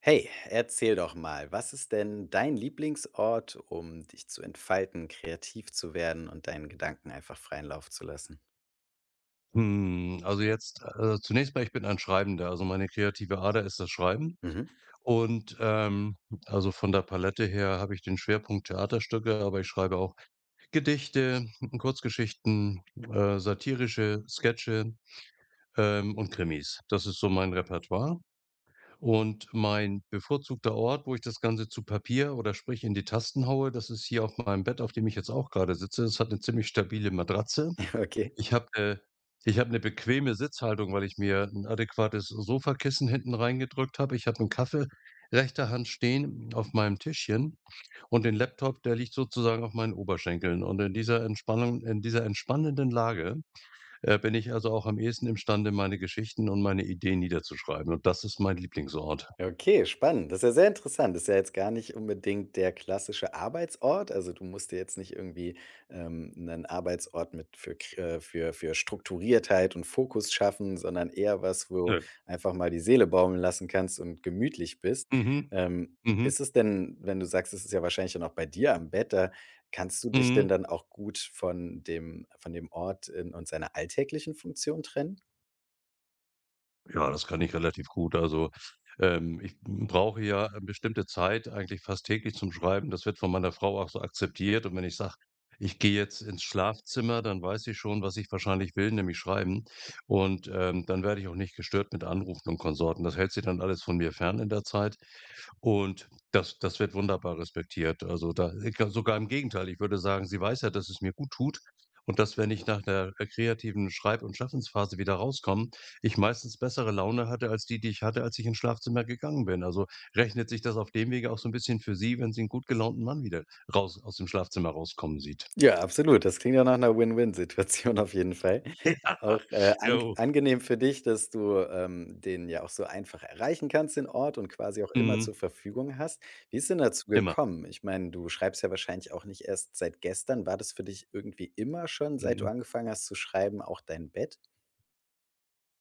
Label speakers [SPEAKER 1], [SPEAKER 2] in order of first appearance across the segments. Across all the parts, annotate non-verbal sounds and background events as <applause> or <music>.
[SPEAKER 1] Hey, erzähl doch mal, was ist denn dein Lieblingsort, um dich zu entfalten, kreativ zu werden und deinen Gedanken einfach freien Lauf zu lassen?
[SPEAKER 2] Also, ich bin ein Schreibender, also meine kreative Ader ist das Schreiben
[SPEAKER 1] Mhm.
[SPEAKER 2] und also von der Palette her habe ich den Schwerpunkt Theaterstücke, aber ich schreibe auch Gedichte, Kurzgeschichten, satirische Sketche, und Krimis. Das ist so mein Repertoire und mein bevorzugter Ort, wo ich das Ganze zu Papier oder sprich in die Tasten haue, das ist hier auf meinem Bett, auf dem ich jetzt auch gerade sitze. Es hat eine ziemlich stabile Matratze.
[SPEAKER 1] <laughs> Okay.
[SPEAKER 2] ich habe 'ne Ich habe 'ne bequeme Sitzhaltung, weil ich mir 'n adäquates Sofakissen hinten reingedrückt habe. Ich habe 'n Kaffee rechter Hand stehen auf meinem Tischchen, und den Laptop, der liegt sozusagen auf meinen Oberschenkeln. In dieser entspannenden Lage bin ich also auch am ehesten imstande, meine Geschichten und meine Ideen niederzuschreiben. Und das ist mein Lieblingsort.
[SPEAKER 1] Okay, spannend. Das ist ja sehr interessant. Das ist ja jetzt gar nicht unbedingt der klassische Arbeitsort. Also du musst dir jetzt nicht irgendwie 'nen Arbeitsort mit für Strukturiertheit und Fokus schaffen, sondern eher was, wo
[SPEAKER 2] Ja.
[SPEAKER 1] einfach mal die Seele baumeln lassen kannst und gemütlich bist.
[SPEAKER 2] Mhm. Mhm.
[SPEAKER 1] Ist es denn, wenn du sagst, es ist ja wahrscheinlich dann auch bei dir am Bett, da kannst du dich denn
[SPEAKER 2] Mhm.
[SPEAKER 1] dann auch gut von dem Ort in und seiner alltäglichen Funktion trennen?
[SPEAKER 2] Ja, das kann ich relativ gut. Also, ich brauche ja eine bestimmte Zeit eigentlich fast täglich zum Schreiben. Das wird von meiner Frau auch so akzeptiert. Und wenn ich sage, ich gehe jetzt ins Schlafzimmer, dann weiß sie schon, was ich wahrscheinlich will, nämlich schreiben. Und dann werde ich auch nicht gestört mit Anrufen und Konsorten. Das hält sie dann alles von mir fern in der Zeit. Und das wird wunderbar respektiert. Also, da sogar im Gegenteil, ich würde sagen, sie weiß ja, dass es mir gut tut, und dass, wenn ich nach der kreativen Schreib- und Schaffensphase wieder rauskomme, ich meistens bessere Laune hatte als die, die ich hatte, als ich ins Schlafzimmer gegangen bin. Also, rechnet sich das auf dem Wege auch so ein bisschen für sie, wenn sie einen gut gelaunten Mann wieder raus aus dem Schlafzimmer rauskommen sieht.
[SPEAKER 1] Ja, absolut. Das klingt ja nach einer Win-Win-Situation auf jeden Fall. Auch,
[SPEAKER 2] <laughs> Ja, jo,
[SPEAKER 1] angenehm für dich, dass du, den ja auch so einfach erreichen kannst, den Ort, und quasi auch immer
[SPEAKER 2] mhm,
[SPEAKER 1] zur Verfügung hast. Wie ist denn dazu
[SPEAKER 2] immer,
[SPEAKER 1] gekommen? Ich meine, du schreibst ja wahrscheinlich auch nicht erst seit gestern. War das für dich irgendwie immer schon, seit du
[SPEAKER 2] mhm.
[SPEAKER 1] angefangen hast zu schreiben, auch dein Bett?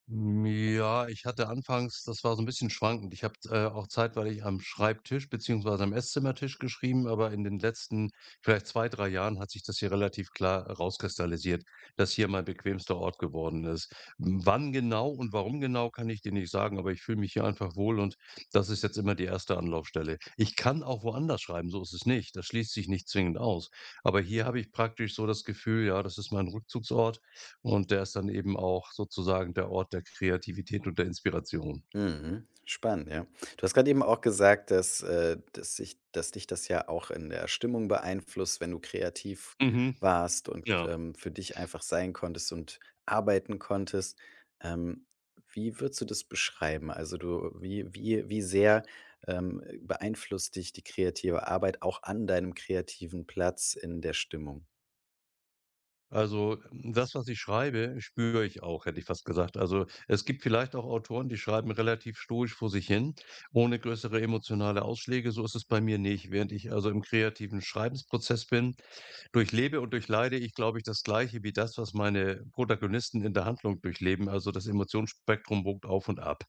[SPEAKER 2] Ja, ich hatte anfangs, das war so ein bisschen schwankend. Ich habe, auch zeitweilig am Schreibtisch beziehungsweise am Esszimmertisch geschrieben, aber in den letzten vielleicht 2, 3 Jahren hat sich das hier relativ klar rauskristallisiert, dass hier mein bequemster Ort geworden ist. Wann genau und warum genau, kann ich dir nicht sagen, aber ich fühle mich hier einfach wohl, und das ist jetzt immer die erste Anlaufstelle. Ich kann auch woanders schreiben, so ist es nicht. Das schließt sich nicht zwingend aus. Aber hier habe ich praktisch so das Gefühl, ja, das ist mein Rückzugsort. Und der ist dann eben auch sozusagen der Ort der Kreativität und der Inspiration.
[SPEAKER 1] Mhm. Spannend, ja. Du hast gerade eben auch gesagt, dass sich dass dich das ja auch in der Stimmung beeinflusst, wenn du kreativ
[SPEAKER 2] Mhm,
[SPEAKER 1] warst und,
[SPEAKER 2] ja.
[SPEAKER 1] für dich einfach sein konntest und arbeiten konntest. Ähm, Wie würdest du das beschreiben? Also, du wie sehr, beeinflusst dich die kreative Arbeit auch an deinem kreativen Platz in der Stimmung?
[SPEAKER 2] Also, das, was ich schreibe, spüre ich auch, hätte ich fast gesagt. Also, es gibt vielleicht auch Autoren, die schreiben relativ stoisch vor sich hin, ohne größere emotionale Ausschläge. So ist es bei mir nicht. Während ich also im kreativen Schreibensprozess bin, durchlebe und durchleide ich, glaube ich, das Gleiche wie das, was meine Protagonisten in der Handlung durchleben. Also das Emotionsspektrum wogt auf und ab.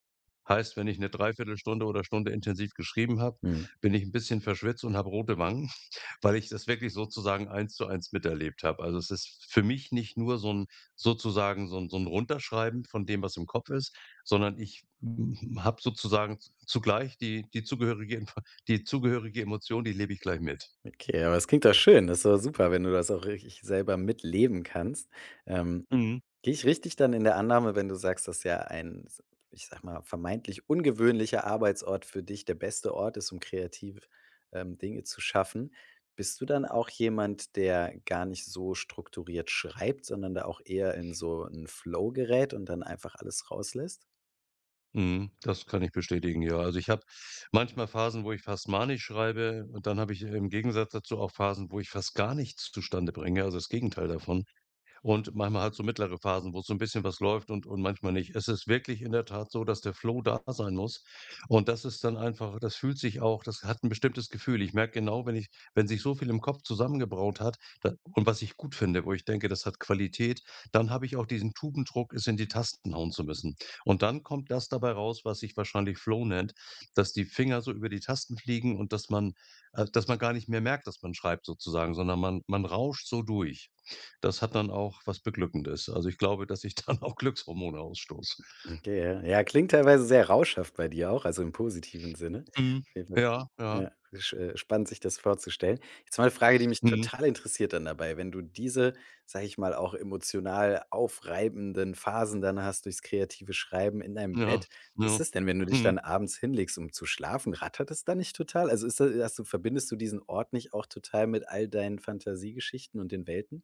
[SPEAKER 2] Heißt, wenn ich eine Dreiviertelstunde oder Stunde intensiv geschrieben habe,
[SPEAKER 1] Mhm.
[SPEAKER 2] bin ich ein bisschen verschwitzt und habe rote Wangen, <laughs> weil ich das wirklich sozusagen 1:1 miterlebt habe. Also, es ist für mich nicht nur so ein sozusagen so ein Runterschreiben von dem, was im Kopf ist, sondern ich habe sozusagen zugleich die zugehörige Emotion, die lebe ich gleich mit.
[SPEAKER 1] Okay, aber es klingt doch schön. Das ist doch super, wenn du das auch richtig selber mitleben kannst. Ähm
[SPEAKER 2] Mhm.
[SPEAKER 1] Gehe ich richtig dann in der Annahme, wenn du sagst, dass ja ein, s ich sage mal, vermeintlich ungewöhnlicher Arbeitsort für dich der beste Ort ist, um kreativ, Dinge zu schaffen. Bist du dann auch jemand, der gar nicht so strukturiert schreibt, sondern da auch eher in so 'n Flow gerät und dann einfach alles rauslässt?
[SPEAKER 2] Mhm, das kann ich bestätigen, ja. Also, ich habe manchmal Phasen, wo ich fast manisch schreibe, und dann habe ich im Gegensatz dazu auch Phasen, wo ich fast gar nichts zustande bringe, also das Gegenteil davon. Und manchmal halt so mittlere Phasen, wo so ein bisschen was läuft, und manchmal nicht. Es ist wirklich in der Tat so, dass der Flow da sein muss. Und das ist dann einfach, das fühlt sich auch, das hat ein bestimmtes Gefühl. Ich merke genau, wenn sich so viel im Kopf zusammengebraut hat, da, und was ich gut finde, wo ich denke, das hat Qualität, dann habe ich auch diesen Tubendruck, es in die Tasten hauen zu müssen. Und dann kommt das dabei raus, was sich wahrscheinlich Flow nennt, dass die Finger so über die Tasten fliegen und dass man gar nicht mehr merkt, dass man schreibt sozusagen, sondern man rauscht so durch. Das hat dann auch was Beglückendes. Also, ich glaube, dass ich <laughs> dann auch Glückshormone ausstoße.
[SPEAKER 1] Okay, ja. Ja, klingt teilweise sehr rauschhaft bei dir auch, also im positiven Sinne.
[SPEAKER 2] Mhm.
[SPEAKER 1] Auf jeden Fall,
[SPEAKER 2] Ja, ja.
[SPEAKER 1] ja, sch spannend, sich das vorzustellen. Jetzt mal eine Frage, die mich
[SPEAKER 2] Mhm.
[SPEAKER 1] total interessiert dann dabei. Wenn du diese, sage ich mal, auch emotional aufreibenden Phasen dann hast durchs kreative Schreiben in deinem
[SPEAKER 2] Ja,
[SPEAKER 1] Bett, wie ist
[SPEAKER 2] ja.
[SPEAKER 1] es denn, wenn du dich
[SPEAKER 2] Mhm.
[SPEAKER 1] dann abends hinlegst, um zu schlafen? Rattert es dann nicht total? Also, ist da hast du verbindest du diesen Ort nicht auch total mit all deinen Fantasiegeschichten und den Welten?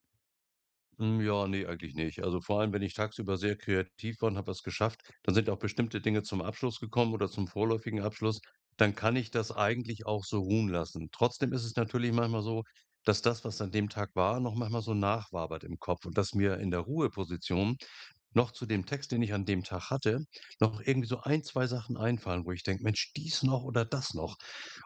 [SPEAKER 2] Ja, ne, eigentlich nicht. Also, vor allem, wenn ich tagsüber sehr kreativ war und habe was geschafft, dann sind auch bestimmte Dinge zum Abschluss gekommen oder zum vorläufigen Abschluss, dann kann ich das eigentlich auch so ruhen lassen. Trotzdem ist es natürlich manchmal so, dass das, was an dem Tag war, noch manchmal so nachwabert im Kopf, und dass mir in der Ruheposition noch zu dem Text, den ich an dem Tag hatte, noch irgendwie so ein, 2 Sachen einfallen, wo ich denke: „Mensch, dies noch oder das noch.“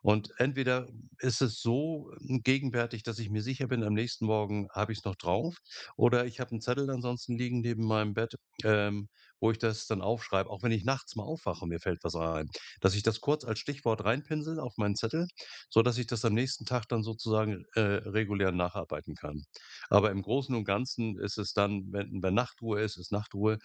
[SPEAKER 2] Entweder ist es so, gegenwärtig, dass ich mir sicher bin, am nächsten Morgen habe ich es noch drauf, oder ich habe einen Zettel ansonsten liegen neben meinem Bett, ähm, wo ich das dann aufschreibe, auch wenn ich nachts mal aufwache und mir fällt was ein, dass ich das kurz als Stichwort reinpinsel auf meinen Zettel, so dass ich das am nächsten Tag dann sozusagen, regulär nacharbeiten kann. Aber im Großen und Ganzen ist es dann, wenn Nachtruhe ist, ist Nachtruhe,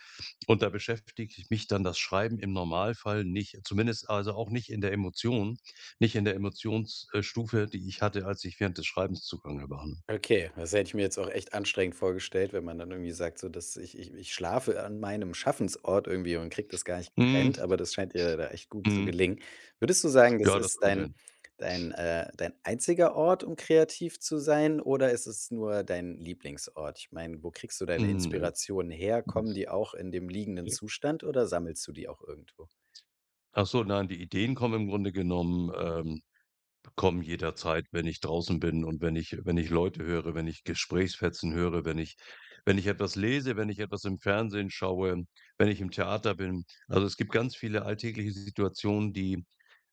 [SPEAKER 2] und da beschäftigt mich dann das Schreiben im Normalfall nicht. Zumindest also auch nicht in der Emotion, nicht in der Emotionsstufe, die ich hatte, als ich während des Schreibens zugange war, ne?
[SPEAKER 1] Okay, das hätte ich mir jetzt auch echt anstrengend vorgestellt, wenn man dann irgendwie sagt, so dass ich schlafe an meinem Schaffensort irgendwie und krieg das gar nicht
[SPEAKER 2] Mhm,
[SPEAKER 1] getrennt, aber das scheint dir da echt gut zu
[SPEAKER 2] mhm.
[SPEAKER 1] gelingen. Würdest du sagen, das
[SPEAKER 2] Ja, das
[SPEAKER 1] ist
[SPEAKER 2] kommt hin.
[SPEAKER 1] dein einziger Ort, um kreativ zu sein, oder ist es nur dein Lieblingsort? Ich meine, wo kriegst du deine
[SPEAKER 2] Nö.
[SPEAKER 1] Inspirationen her? Kommen die auch in dem liegenden Zustand oder sammelst du die auch irgendwo?
[SPEAKER 2] Ach so, nein, die Ideen kommen im Grunde genommen, kommen jederzeit, wenn ich draußen bin und wenn ich Leute höre, wenn ich Gesprächfetzen höre, wenn ich etwas lese, wenn ich etwas im Fernsehen schaue, wenn ich im Theater bin. Also, es gibt ganz viele alltägliche Situationen, die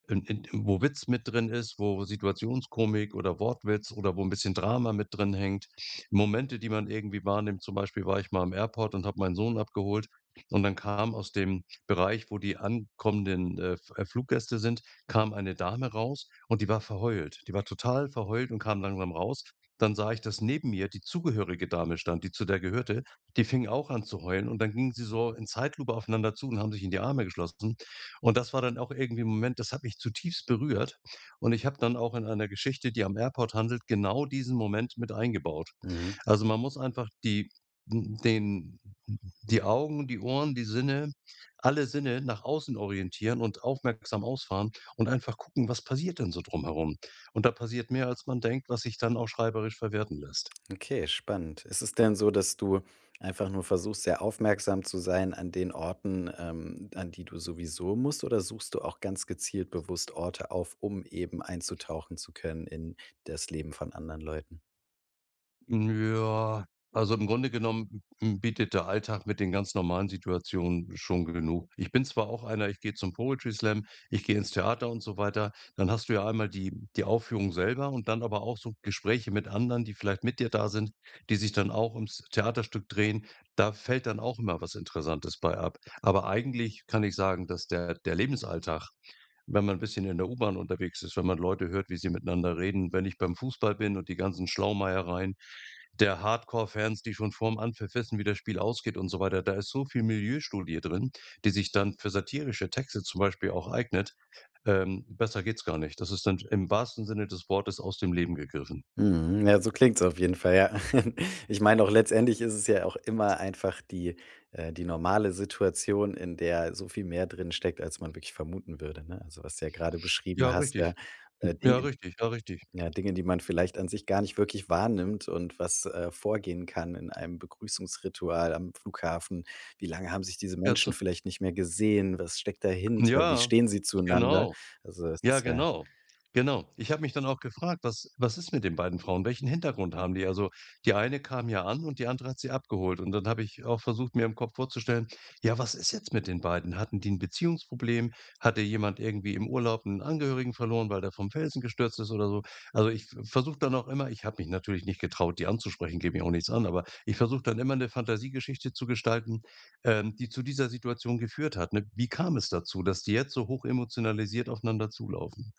[SPEAKER 2] in wo Witz mit drin ist, wo Situationskomik oder Wortwitz oder wo ein bisschen Drama mit drin hängt. Momente, die man irgendwie wahrnimmt. Zum Beispiel war ich mal am Airport und habe meinen Sohn abgeholt, und dann kam aus dem Bereich, wo die ankommenden, F Fluggäste sind, kam eine Dame raus, und die war verheult. Die war total verheult und kam langsam raus. Dann sah ich, dass neben mir die zugehörige Dame stand, die zu der gehörte. Die fing auch an zu heulen, und dann gingen sie so in Zeitlupe aufeinander zu und haben sich in die Arme geschlossen. Und das war dann auch irgendwie 'n Moment, das hat mich zutiefst berührt. Und ich habe dann auch in einer Geschichte, die am Airport handelt, genau diesen Moment mit eingebaut.
[SPEAKER 1] Mhm.
[SPEAKER 2] Also, man muss einfach die hm, den die Augen, die Ohren, die Sinne, alle Sinne nach außen orientieren und aufmerksam ausfahren und einfach gucken, was passiert denn so drumherum? Und da passiert mehr, als man denkt, was sich dann auch schreiberisch verwerten lässt.
[SPEAKER 1] Okay, spannend. Ist es denn so, dass du einfach nur versuchst, sehr aufmerksam zu sein an den Orten, an die du sowieso musst, oder suchst du auch ganz gezielt bewusst Orte auf, um eben einzutauchen zu können in das Leben von anderen Leuten?
[SPEAKER 2] Ja, also im Grunde genommen m bietet der Alltag mit den ganz normalen Situationen schon genug. Ich bin zwar auch einer, ich gehe zum Poetry Slam, ich gehe ins Theater und so weiter. Dann hast du ja einmal die die Aufführung selber und dann aber auch so Gespräche mit anderen, die vielleicht mit dir da sind, die sich dann auch ums Theaterstück drehen. Da fällt dann auch immer was Interessantes bei ab. Aber eigentlich kann ich sagen, dass der Lebensalltag, wenn man ein bisschen in der U-Bahn unterwegs ist, wenn man Leute hört, wie sie miteinander reden, wenn ich beim Fußball bin und die ganzen Schlaumeiereien der Hardcore-Fans, die schon vorm Anpfiff wissen, wie das Spiel ausgeht und so weiter. Da ist so viel Milieustudie drin, die sich dann für satirische Texte zum Beispiel auch eignet. Besser geht's gar nicht. Das ist dann im wahrsten Sinne des Wortes aus dem Leben gegriffen.
[SPEAKER 1] Mhm, ja, so klingt's auf jeden Fall, ja. <laughs> Ich meine auch letztendlich ist es ja auch immer einfach die die normale Situation, in der so viel mehr drin steckt, als man wirklich vermuten würde, ne? Also, was du ja gerade beschrieben
[SPEAKER 2] Ja,
[SPEAKER 1] hast, ja,
[SPEAKER 2] richtig. Ja,
[SPEAKER 1] Ding
[SPEAKER 2] richtig, ja, richtig.
[SPEAKER 1] ja, Dinge, die man vielleicht an sich gar nicht wirklich wahrnimmt und was, vorgehen kann in einem Begrüßungsritual am Flughafen. Wie lange haben sich diese
[SPEAKER 2] Ja,
[SPEAKER 1] Menschen
[SPEAKER 2] zu
[SPEAKER 1] vielleicht nicht mehr gesehen? Was steckt dahinter? Wie
[SPEAKER 2] ja,
[SPEAKER 1] stehen sie zueinander?
[SPEAKER 2] genau.
[SPEAKER 1] Also, es
[SPEAKER 2] Ja,
[SPEAKER 1] ist ja
[SPEAKER 2] genau. Genau. Ich habe mich dann auch gefragt: Was ist mit den beiden Frauen? Welchen Hintergrund haben die?“ Also, die eine kam ja an und die andere hat sie abgeholt. Und dann habe ich auch versucht, mir im Kopf vorzustellen: „Ja, was ist jetzt mit den beiden? Hatten die ein Beziehungsproblem? Hatte jemand irgendwie im Urlaub einen Angehörigen verloren, weil der vom Felsen gestürzt ist oder so?“ Also, ich versuche dann auch immer ich habe mich natürlich nicht getraut, die anzusprechen, gebe ich auch nichts an, aber ich versuche dann immer eine Fantasiegeschichte zu gestalten, die zu dieser Situation geführt hat, ne? Wie kam es dazu, dass die jetzt so hoch emotionalisiert aufeinander zulaufen?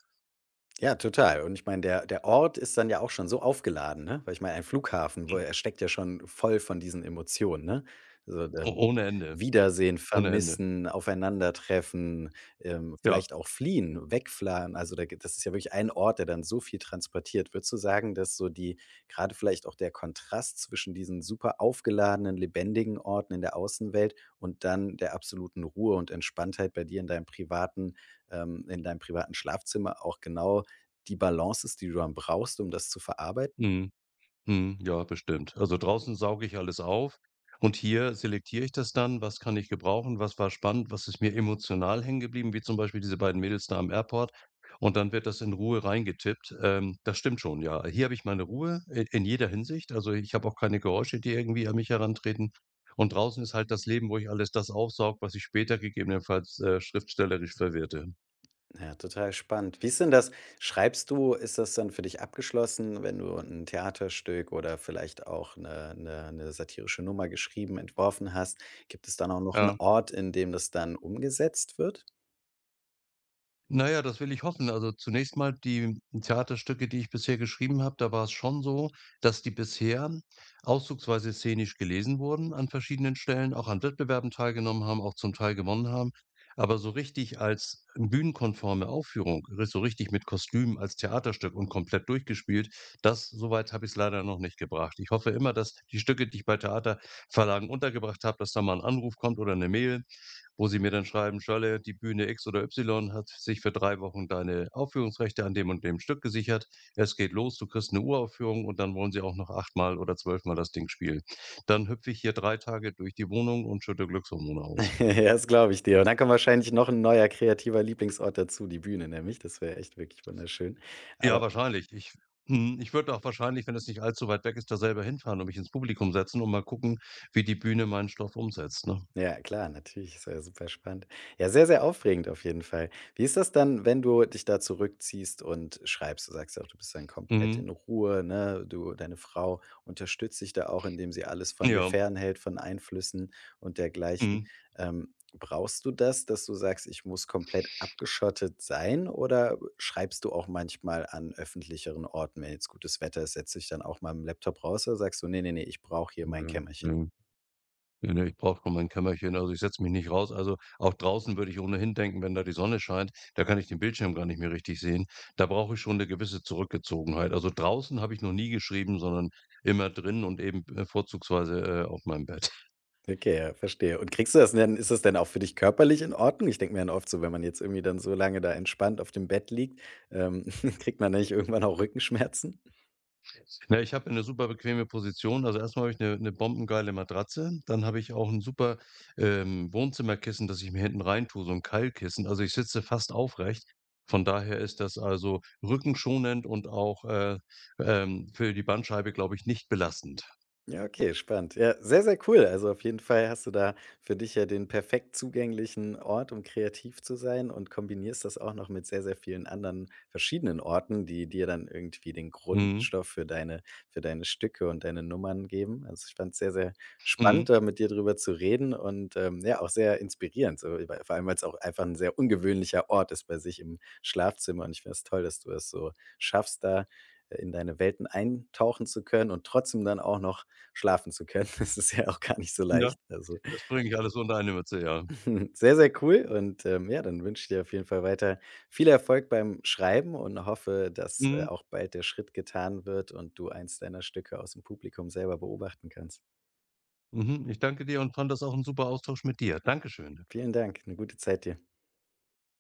[SPEAKER 1] ja, total. Und ich meine, der Ort ist dann ja auch schon so aufgeladen, ne? Weil ich meine, ein Flughafen, wo
[SPEAKER 2] Hm,
[SPEAKER 1] er steckt ja schon voll von diesen Emotionen, ne? Also,
[SPEAKER 2] Ohne Ende,
[SPEAKER 1] Wiedersehen,
[SPEAKER 2] ohne Ende.
[SPEAKER 1] vermissen, aufeinandertreffen,
[SPEAKER 2] Ja,
[SPEAKER 1] vielleicht auch fliehen, wegfahren. Also, da gibt das ist ja wirklich ein Ort, der dann so viel transportiert. Würdest du sagen, dass so die gerade vielleicht auch der Kontrast zwischen diesen super aufgeladenen, lebendigen Orten in der Außenwelt und dann der absoluten Ruhe und Entspanntheit bei dir in deinem privaten in deinem privaten Schlafzimmer auch genau die Balance ist, die du dann brauchst, um das zu verarbeiten?
[SPEAKER 2] mhm. Mhm, ja, bestimmt. Also draußen sauge ich alles auf und hier selektiere ich das dann, was kann ich gebrauchen, was war spannend, was ist mir emotional hängen geblieben, wie zum Beispiel diese beiden Mädels da am Airport. Und dann wird das in Ruhe reingetippt. Das stimmt schon, ja. Hier habe ich meine Ruhe in jeder Hinsicht. Also ich habe auch keine Geräusche, die irgendwie an mich herantreten. Und draußen ist halt das Leben, wo ich alles das aufsaug, was ich später gegebenenfalls schriftstellerisch verwerte.
[SPEAKER 1] Ja, total spannend. Wie ist denn das? Schreibst du ist das dann für dich abgeschlossen, wenn du ein Theaterstück oder vielleicht auch eine satirische Nummer geschrieben, entworfen hast? Gibt es dann auch noch einen
[SPEAKER 2] Ja.
[SPEAKER 1] Ort, in dem das dann umgesetzt wird?
[SPEAKER 2] Na ja, das will ich hoffen. Also, zunächst mal die Theaterstücke, die ich bisher geschrieben habe, da war es schon so, dass die bisher auszugsweise szenisch gelesen wurden an verschiedenen Stellen, auch an Wettbewerben teilgenommen haben, auch zum Teil gewonnen haben. Aber so richtig als bühnenkonforme Aufführung, ri so richtig mit Kostüm als Theaterstück und komplett durchgespielt, das, soweit habe ich es leider noch nicht gebracht. Ich hoffe immer, dass die Stücke, die ich bei Theaterverlagen untergebracht habe, dass da mal ein Anruf kommt oder eine Mail, wo sie mir dann schreiben: „Schirle, die Bühne X oder Y hat sich für 3 Wochen deine Aufführungsrechte an dem und dem Stück gesichert. Es geht los, du kriegst eine Uraufführung,“ und dann wollen sie auch noch 8-mal oder 12-mal das Ding spielen. Dann hüpfe ich hier 3 Tage durch die Wohnung und schütte Glückshormone
[SPEAKER 1] <laughs>
[SPEAKER 2] aus.
[SPEAKER 1] Ja, das glaube ich dir. Und dann kommt wahrscheinlich noch ein neuer kreativer Lieblingsort dazu, die Bühne nämlich. Das wäre echt wirklich wunderschön.
[SPEAKER 2] Ja,
[SPEAKER 1] Aber
[SPEAKER 2] wahrscheinlich. Ich würde auch wahrscheinlich, wenn es nicht allzu weit weg ist, da selber hinfahren und mich ins Publikum setzen und mal gucken, wie die Bühne meinen Stoff umsetzt, ne?
[SPEAKER 1] ja, klar, natürlich, ist ja super spannend. Ja, sehr, sehr aufregend auf jeden Fall. Wie ist das dann, wenn du dich da zurückziehst und schreibst? Du sagst ja auch, du bist dann komplett
[SPEAKER 2] Mhm.
[SPEAKER 1] in Ruhe, ne? Du, deine Frau unterstützt dich da auch, indem sie alles von dir
[SPEAKER 2] Ja.
[SPEAKER 1] fernhält, von Einflüssen und dergleichen.
[SPEAKER 2] Mhm.
[SPEAKER 1] Brauchst du das, dass du sagst, ich muss komplett abgeschottet sein? Oder schreibst du auch manchmal an öffentlicheren Orten, wenn jetzt gutes Wetter ist, setzt dich dann auch mal im Laptop raus oder sagst du, nee, nee, nee, ich brauche hier
[SPEAKER 2] Ja,
[SPEAKER 1] mein
[SPEAKER 2] ja.
[SPEAKER 1] Kämmerchen?
[SPEAKER 2] Ne, ne, ich brauche schon mein Kämmerchen, also ich setze mich nicht raus. Also, auch draußen würde ich ohnehin denken, wenn da die Sonne scheint, da kann ich den Bildschirm gar nicht mehr richtig sehen. Da brauche ich schon eine gewisse Zurückgezogenheit. Also draußen habe ich noch nie geschrieben, sondern immer drin und eben, vorzugsweise, auf meinem Bett.
[SPEAKER 1] Okay, ja, verstehe. Und kriegst du das denn ist das denn auch für dich körperlich in Ordnung? Ich denke mir dann oft so, wenn man jetzt irgendwie dann so lange da entspannt auf dem Bett liegt, ähm, <laughs> kriegt man nicht irgendwann auch Rückenschmerzen?
[SPEAKER 2] Na, ich habe eine super bequeme Position. Also, erstmal habe ich eine 'ne bombengeile Matratze. Dann habe ich auch ein super, Wohnzimmerkissen, das ich mir hinten rein tue, so ein Keilkissen. Also, ich sitze fast aufrecht. Von daher ist das also rückenschonend und auch, für die Bandscheibe, glaube ich, nicht belastend.
[SPEAKER 1] Ja, okay, spannend. Ja, sehr, sehr cool. Also auf jeden Fall hast du da für dich ja den perfekt zugänglichen Ort, um kreativ zu sein und kombinierst das auch noch mit sehr, sehr vielen anderen verschiedenen Orten, die dir dann irgendwie den
[SPEAKER 2] Mhm,
[SPEAKER 1] Grundstoff für für deine Stücke und deine Nummern geben. Also ich fand es sehr, sehr
[SPEAKER 2] mhm.
[SPEAKER 1] spannend, da mit dir drüber zu reden und ja, auch sehr inspirierend. So, weil- vor allem, weil es auch einfach ein sehr ungewöhnlicher Ort ist bei sich im Schlafzimmer. Und ich finde es toll, dass du es so schaffst, da in deine Welten eintauchen zu können und trotzdem dann auch noch schlafen zu können. <laughs> Das ist ja auch gar nicht so leicht.
[SPEAKER 2] Ja,
[SPEAKER 1] Also,
[SPEAKER 2] das bringe ich alles unter eine Mütze, ja.
[SPEAKER 1] <laughs> sehr, sehr cool und, ja, dann wünsche ich dir auf jeden Fall weiter viel Erfolg beim Schreiben und hoffe,
[SPEAKER 2] Mhm,
[SPEAKER 1] auch bald der Schritt getan wird und du eins deiner Stücke aus dem Publikum selber beobachten kannst.
[SPEAKER 2] mhm. Ich danke dir und fand das auch ein super Austausch mit dir. Dankeschön.
[SPEAKER 1] Vielen Dank, eine gute Zeit dir.